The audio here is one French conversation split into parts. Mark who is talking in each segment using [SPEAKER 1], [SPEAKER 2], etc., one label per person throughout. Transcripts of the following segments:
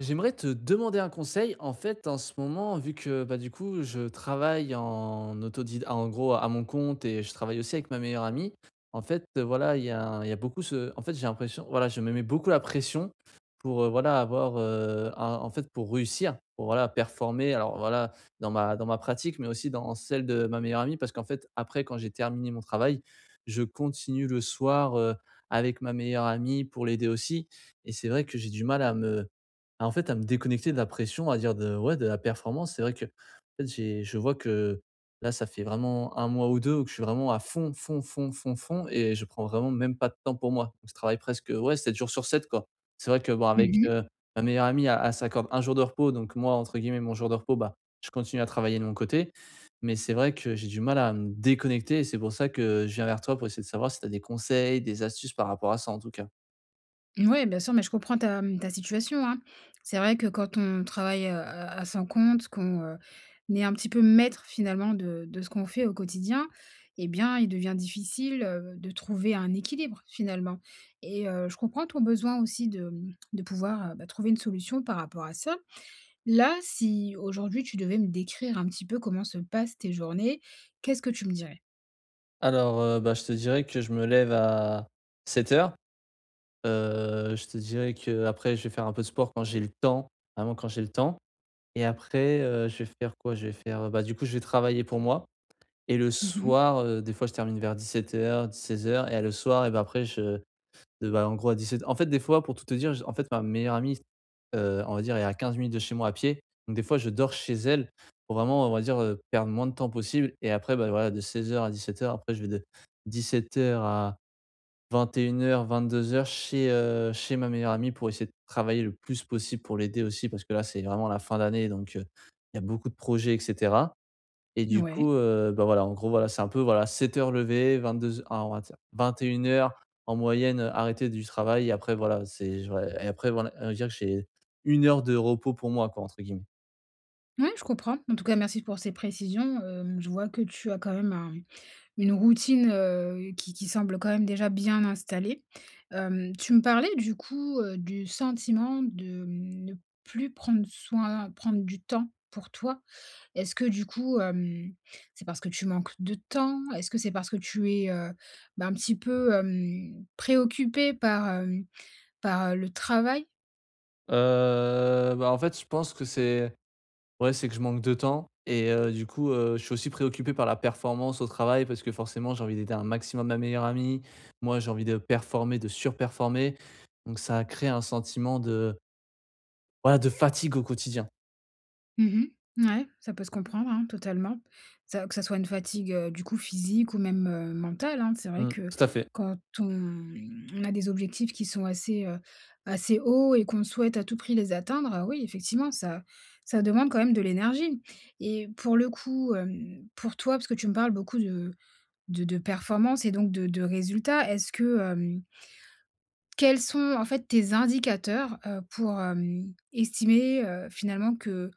[SPEAKER 1] J'aimerais te demander un conseil. En fait, en ce moment, vu que bah, du coup, je travaille en gros à mon compte et je travaille aussi avec ma meilleure amie. En fait, voilà, il y a, il y a beaucoup ce. En fait, j'ai l'impression, voilà, je me mets beaucoup la pression pour voilà avoir, en fait, pour réussir, pour voilà performer. Alors voilà, dans ma pratique, mais aussi dans celle de ma meilleure amie, parce qu'en fait, après, quand j'ai terminé mon travail, je continue le soir avec ma meilleure amie pour l'aider aussi. Et c'est vrai que j'ai du mal à en fait, à me déconnecter de la pression, à dire de ouais, de la performance. C'est vrai que, en fait, j'ai je vois que là, ça fait vraiment un mois ou 2 où que je suis vraiment à fond, fond, fond, fond, fond et je prends vraiment même pas de temps pour moi. Donc je travaille presque, ouais, 7 jours sur 7 quoi. C'est vrai que bon,
[SPEAKER 2] Mmh
[SPEAKER 1] avec,
[SPEAKER 2] mh.
[SPEAKER 1] ma meilleure amie, elle s'accorde 1 jour de repos, donc moi, entre guillemets, mon jour de repos, bah, je continue à travailler de mon côté. Mais c'est vrai que j'ai du mal à me déconnecter et c'est pour ça que je viens vers toi pour essayer de savoir si tu as des conseils, des astuces par rapport à ça, en tout cas.
[SPEAKER 2] Ouais, bien sûr, mais je comprends ta, mmh, ta situation, hein. C'est vrai que quand on travaille, à son compte, qu'on est un petit peu maître finalement de ce qu'on fait au quotidien, eh bien, il devient difficile, de trouver un équilibre finalement. Et je comprends ton besoin aussi de, mmh, de pouvoir, bah, trouver une solution par rapport à ça. Là, si aujourd'hui tu devais me décrire un petit peu comment se passent tes journées, qu'est-ce que tu me dirais?
[SPEAKER 1] Alors, bah, je te dirais que je me lève à 7:00. Je te dirais que après, je vais faire un peu de sport quand j'ai le temps, vraiment quand j'ai le temps et après, je vais faire quoi? Je vais faire, bah, du coup, je vais travailler pour moi et le
[SPEAKER 2] Mmh.
[SPEAKER 1] soir, des fois je termine vers 17 heures, 16 heures. Et le soir et bah, après je bah, en gros à 17. En fait, des fois, pour tout te dire, j en fait, ma meilleure amie, on va dire, est à 15 minutes de chez moi à pied. Donc des fois, je dors chez elle pour vraiment, on va dire, perdre moins de temps possible et après, bah, voilà, de 16 heures à 17 heures, après je vais de 17 heures à 21:00-22:00 chez, chez ma meilleure amie pour essayer de travailler le plus possible pour l'aider aussi parce que là, c'est vraiment la fin d'année donc il y a beaucoup de projets et cetera. Et du coup,
[SPEAKER 2] Ouais.
[SPEAKER 1] bah, voilà, en gros, voilà, c'est un peu, voilà, 7 heures lever, 22 on va dire 21 heures en moyenne, arrêté du travail et après, voilà, c'est j'aurais et après, voilà, on va dire que j'ai 1 heure de repos pour moi, quoi, entre guillemets.
[SPEAKER 2] Ouais, je comprends. En tout cas, merci pour ces précisions. Je vois que tu as quand même un, une routine, qui semble quand même déjà bien installée. Tu me parlais du coup, du sentiment de mmh, ne plus prendre soin, prendre du temps pour toi. Est-ce que du coup, c'est parce que tu manques de temps? Est-ce que c'est parce que tu es, bah, un petit peu, préoccupé par, par, le travail?
[SPEAKER 1] Bah, en fait, je pense que c'est ouais, c'est que je manque de temps et du coup, je suis aussi préoccupé par la performance au travail parce que forcément, j'ai envie d'aider un maximum ma meilleure amie. Moi, j'ai envie de performer, de surperformer. Donc ça crée un sentiment de, voilà, de fatigue au quotidien.
[SPEAKER 2] Mmh. Ouais, ça peut se comprendre, hein, totalement. Ça que ça soit une fatigue, du coup physique ou même, mentale, hein. C'est vrai
[SPEAKER 1] Mmh,
[SPEAKER 2] que
[SPEAKER 1] tout à fait.
[SPEAKER 2] quand on, mmh, on a des objectifs qui sont assez, assez hauts et qu'on souhaite à tout prix les atteindre, oui, effectivement, ça demande quand même de l'énergie. Et pour le coup, pour toi, parce que tu me parles beaucoup de de performance et donc de résultats, est-ce que, quels sont en fait tes indicateurs, pour, estimer, finalement que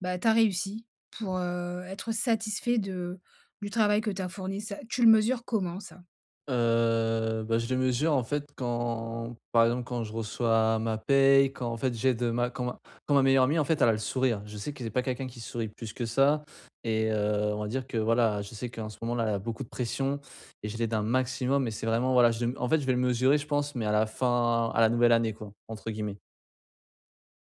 [SPEAKER 2] bah, tu as réussi, pour, être satisfait de du travail que tu as fourni. Ça tu le mesures comment ça?
[SPEAKER 1] Bah, je le mesure en fait quand, par exemple, quand je reçois ma paye, quand en fait j'aide ma quand ma quand ma meilleure amie en fait elle a le sourire. Je sais que c'est pas quelqu'un qui sourit plus que ça et on va dire que voilà, je sais qu'en ce moment là, elle a beaucoup de pression et je l'aide un maximum mais c'est vraiment voilà, je en fait je vais le mesurer je pense, mais à la fin à la nouvelle année quoi, entre guillemets.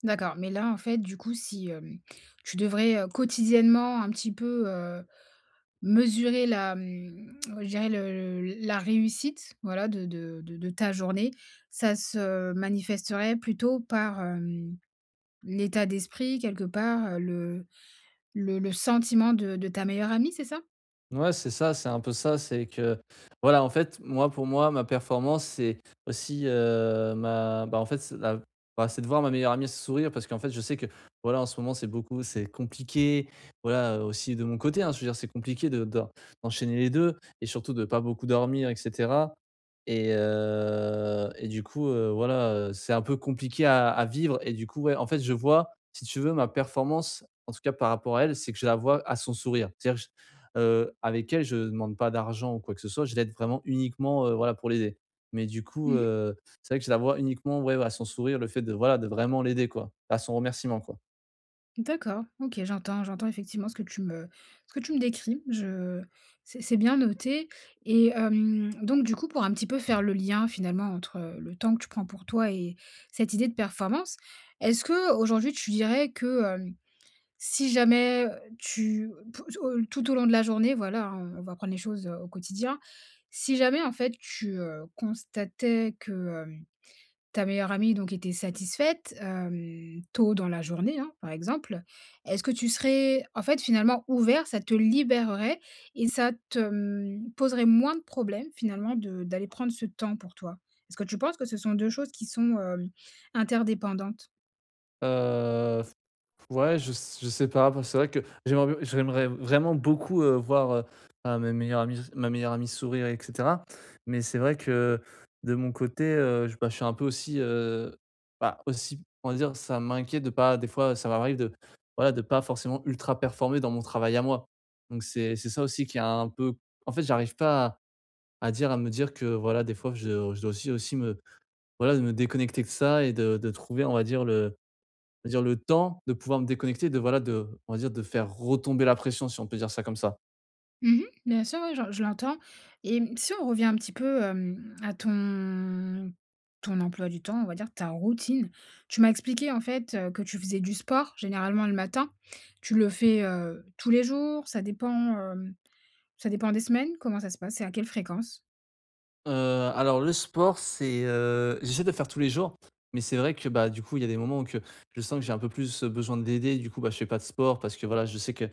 [SPEAKER 2] D'accord, mais là, en fait, du coup, si, tu devrais, quotidiennement un petit peu, mesurer la, mmh, ouais, je dirais la réussite, voilà, de ta journée, ça se manifesterait plutôt par, l'état d'esprit quelque part, le sentiment de ta meilleure amie, c'est ça?
[SPEAKER 1] Ouais, c'est ça, c'est un peu ça, c'est que voilà, en fait, moi, pour moi, ma performance, c'est aussi ma bah, en fait, c'est la bah, c'est de voir ma meilleure amie se sourire parce qu'en fait, je sais que voilà, en ce moment, c'est beaucoup c'est compliqué, voilà, aussi de mon côté, hein, je veux dire, c'est compliqué de d'en d'enchaîner les 2 et surtout de pas beaucoup dormir et cetera et du coup, voilà, c'est un peu compliqué à vivre et du coup, ouais, en fait, je vois, si tu veux, ma performance, en tout cas par rapport à elle, c'est que je la vois à son sourire. C'est-à-dire avec elle, je demande pas d'argent ou quoi que ce soit. Je l'aide vraiment uniquement, voilà, pour l'aider. Mais du coup,
[SPEAKER 2] Mmh.
[SPEAKER 1] c'est vrai que je la vois uniquement, ouais, à son sourire, le fait de, voilà, de vraiment l'aider, quoi, à son remerciement, quoi.
[SPEAKER 2] D'accord, OK, j'entends effectivement ce que tu me, ce que tu me décris. Je C'est bien noté. Et donc du coup, pour un petit peu faire le lien finalement entre le temps que tu prends pour toi et cette idée de performance, est-ce que aujourd'hui tu dirais que, si jamais, tu p au tout au long de la journée, voilà, hein, on va prendre les choses, au quotidien. Si jamais, en fait, tu, constatais que, hem, ta meilleure amie donc était satisfaite, tôt dans la journée, hein, par exemple, est-ce que tu serais, en fait, finalement ouvert, ça te libérerait et ça te, mmh, poserait moins de problèmes finalement de d'aller prendre ce temps pour toi? Est-ce que tu penses que ce sont 2 choses qui sont, interdépendantes?
[SPEAKER 1] Heu Ouais, je sais pas, bah, c'est vrai que j'aimerais vraiment beaucoup, voir, bah, ma meilleure amie sourire et cetera. Mais c'est vrai que de mon côté, je bah, je suis un peu aussi, bah, aussi, on va dire, ça m'inquiète de pas des fois, ça m'arrive de, voilà, de pas forcément ultra performer dans mon travail à moi. Donc c'est ça aussi qui a un peu en fait, j'arrive pas à dire à me dire que, voilà, des fois, je dois aussi me, voilà, de me déconnecter de ça et de trouver, on va dire, le on va dire le temps de pouvoir me déconnecter, de voilà, de on va dire de faire retomber la pression si on peut dire ça comme ça.
[SPEAKER 2] Mmh. Bien sûr, ouais, je l'entends. Et mmh, si on revient un petit peu, à ton, ton emploi du temps, on va dire, ta routine. Tu m'as expliqué, en fait, que tu faisais du sport généralement le matin. Tu le fais, tous les jours? Ça dépend, hem, ça dépend des semaines? Comment ça se passe et à quelle fréquence?
[SPEAKER 1] Heu, alors le sport c'est, j'essaie de le faire tous les jours, mais c'est vrai que, bah, du coup il y a des moments où que je sens que j'ai un peu plus besoin de l'aider, du coup, bah, je fais pas de sport parce que voilà je sais que,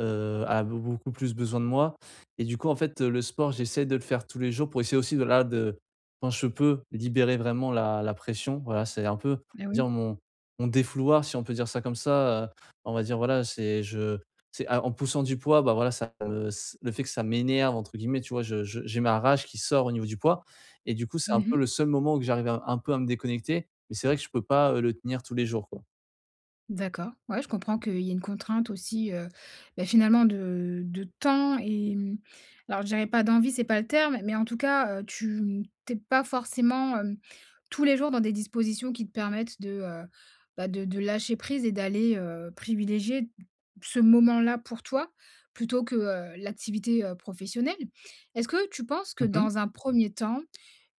[SPEAKER 1] elle a beaucoup plus besoin de moi et du coup en fait, le sport j'essaie de le faire tous les jours pour essayer aussi de là de quand je peux libérer vraiment la pression. Voilà, c'est un peu on
[SPEAKER 2] Ah
[SPEAKER 1] va dire
[SPEAKER 2] oui.
[SPEAKER 1] mon défouloir si on peut dire ça comme ça, on va dire voilà c'est en poussant du poids, bah, voilà, ça me s le fait que ça «m'énerve» entre guillemets, tu vois? Je j'ai ma rage qui sort au niveau du poids et du coup, c'est un peu
[SPEAKER 2] Mmh.
[SPEAKER 1] le seul moment où que j'arrive à un peu à me déconnecter, mais c'est vrai que je peux pas, le tenir tous les jours, quoi.
[SPEAKER 2] D'accord. Ouais, je comprends qu'il y a une contrainte aussi, bah, finalement de temps. Et mmh, alors je dirais pas d'envie, c'est pas le terme, mais en tout cas, tu, mmh, t'es pas forcément, tous les jours dans des dispositions qui te permettent de, bah, de lâcher prise et d'aller, privilégier ce moment-là pour toi, plutôt que, l'activité, professionnelle. Est-ce que tu penses que
[SPEAKER 1] Mmh mh.
[SPEAKER 2] dans un premier temps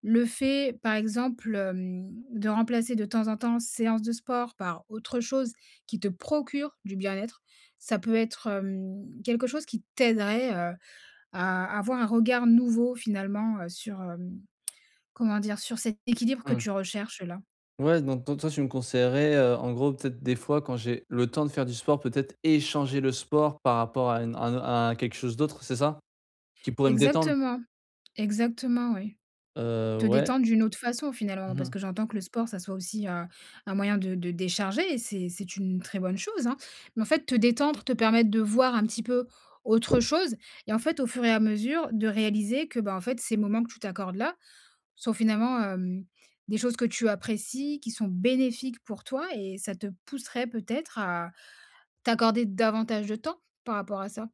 [SPEAKER 2] le fait, par exemple, de remplacer de temps en temps séance de sport par autre chose qui te procure du bien-être, ça peut être, quelque chose qui t'aiderait, à avoir un regard nouveau finalement, sur, comment dire? Sur cet équilibre que
[SPEAKER 1] Mmh.
[SPEAKER 2] tu recherches là.
[SPEAKER 1] Ouais, donc toi, tu me conseillerais, en gros, peut-être des fois quand j'ai le temps de faire du sport, peut-être échanger le sport par rapport à une à un à quelque chose d'autre, c'est ça? Qui pourrait me détendre?
[SPEAKER 2] Exactement, exactement, oui. Te
[SPEAKER 1] Ouais.
[SPEAKER 2] détendre d'une autre façon finalement, parce
[SPEAKER 1] Mmh.
[SPEAKER 2] que j'entends que le sport, ça soit aussi, un moyen de décharger et c'est une très bonne chose, hein. Mais en fait, te détendre, te permettre de voir un petit peu autre chose et en fait, au fur et à mesure, de réaliser que, bah, en fait, ces moments que tu t'accordes là sont finalement, des choses que tu apprécies, qui sont bénéfiques pour toi et ça te pousserait peut-être à t'accorder davantage de temps par rapport à ça?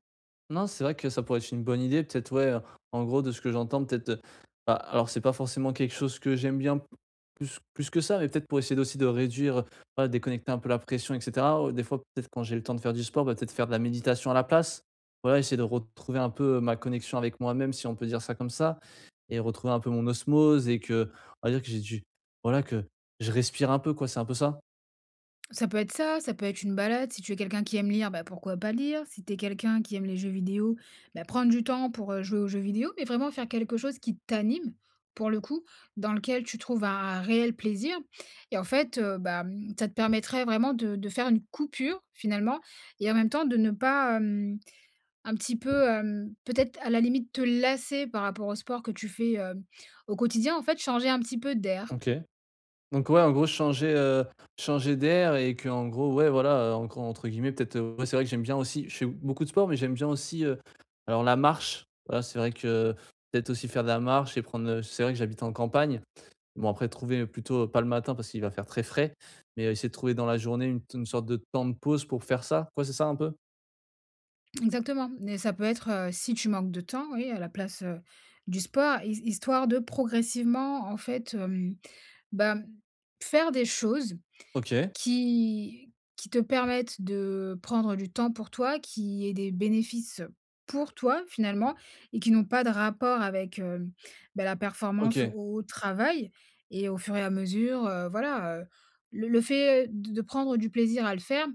[SPEAKER 1] Non, c'est vrai que ça pourrait être une bonne idée. Peut-être, ouais, en gros, de ce que j'entends, peut-être, bah, alors c'est pas forcément quelque chose que j'aime bien plus que ça, mais peut-être pour essayer aussi de réduire, voilà, déconnecter un peu la pression et cetera. Ou des fois, peut-être quand j'ai le temps de faire du sport, bah, peut-être faire de la méditation à la place. Voilà, essayer de retrouver un peu, ma connexion avec moi-même, si on peut dire ça comme ça et retrouver un peu mon osmose et que, on va dire que j'ai du voilà, que je respire un peu, quoi, c'est un peu ça?
[SPEAKER 2] Ça peut être ça, ça peut être une balade. Si tu es quelqu'un qui aime lire, bah, pourquoi pas lire. Si tu es quelqu'un qui aime les jeux vidéo, bah, prendre du temps pour jouer aux jeux vidéo, mais vraiment faire quelque chose qui t'anime, pour le coup, dans lequel tu trouves un réel plaisir. Et en fait, ça te permettrait vraiment de faire une coupure, finalement, et en même temps de ne pas un petit peu, peut-être à la limite, te lasser par rapport au sport que tu fais au quotidien. En fait, changer un petit peu d'air.
[SPEAKER 1] OK. Donc ouais, en gros, changer, changer d'air et que en gros, ouais, voilà, en gros, entre guillemets, peut-être, ouais, c'est vrai que j'aime bien aussi je fais beaucoup de sport, mais j'aime bien aussi, alors la marche, voilà, c'est vrai que peut-être aussi faire de la marche et c'est vrai que j'habite en campagne. Bon, après trouver plutôt pas le matin parce qu'il va faire très frais, mais essayer de trouver dans la journée une sorte de temps de pause pour faire ça, quoi, c'est ça un peu?
[SPEAKER 2] Exactement, mais ça peut être, si tu manques de temps, oui, à la place, du sport, hi histoire de progressivement, en fait, bah, faire des choses
[SPEAKER 1] OK,
[SPEAKER 2] qui te permettent de prendre du temps pour toi, qui aient des bénéfices pour toi, finalement, et qui n'ont pas de rapport avec, bah, la performance
[SPEAKER 1] OK.
[SPEAKER 2] au travail. Et au fur et à mesure, voilà, le fait de prendre du plaisir à le faire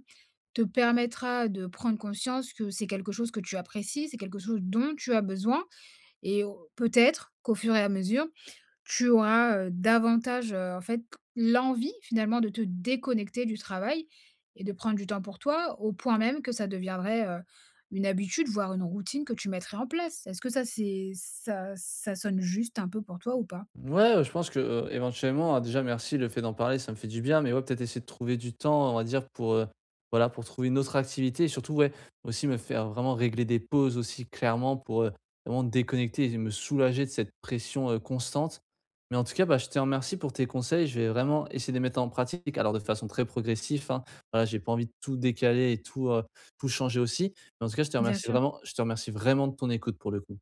[SPEAKER 2] te permettra de prendre conscience que c'est quelque chose que tu apprécies, c'est quelque chose dont tu as besoin. Et au peut-être qu'au fur et à mesure, tu auras, davantage, en fait, l'envie finalement de te déconnecter du travail et de prendre du temps pour toi, au point même que ça deviendrait, une habitude, voire une routine que tu mettrais en place. Est-ce que ça c'est ça ça sonne juste un peu pour toi ou pas?
[SPEAKER 1] Ouais, ouais, je pense que, éventuellement, déjà merci le fait d'en parler, ça me fait du bien, mais ouais, peut-être essayer de trouver du temps, on va dire pour, voilà, pour trouver une autre activité et surtout, ouais, aussi me faire vraiment régler des pauses aussi clairement pour, vraiment déconnecter et me soulager de cette pression, constante. Mais en tout cas, bah, je te remercie pour tes conseils, je vais vraiment essayer de les mettre en pratique, alors de façon très progressive, hein. Voilà, j'ai pas envie de tout décaler et tout, tout changer aussi. Mais en tout cas, je te
[SPEAKER 2] Bien
[SPEAKER 1] remercie
[SPEAKER 2] sûr.
[SPEAKER 1] vraiment je te remercie vraiment de ton écoute pour le coup.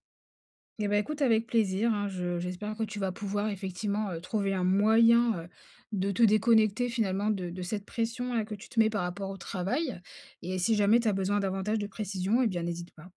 [SPEAKER 2] Eh ben, écoute, avec plaisir, hein, je j'espère que tu vas pouvoir effectivement, trouver un moyen, de te déconnecter finalement de cette pression là que tu te mets par rapport au travail. Et si jamais tu as besoin davantage de précision, et bien n'hésite pas.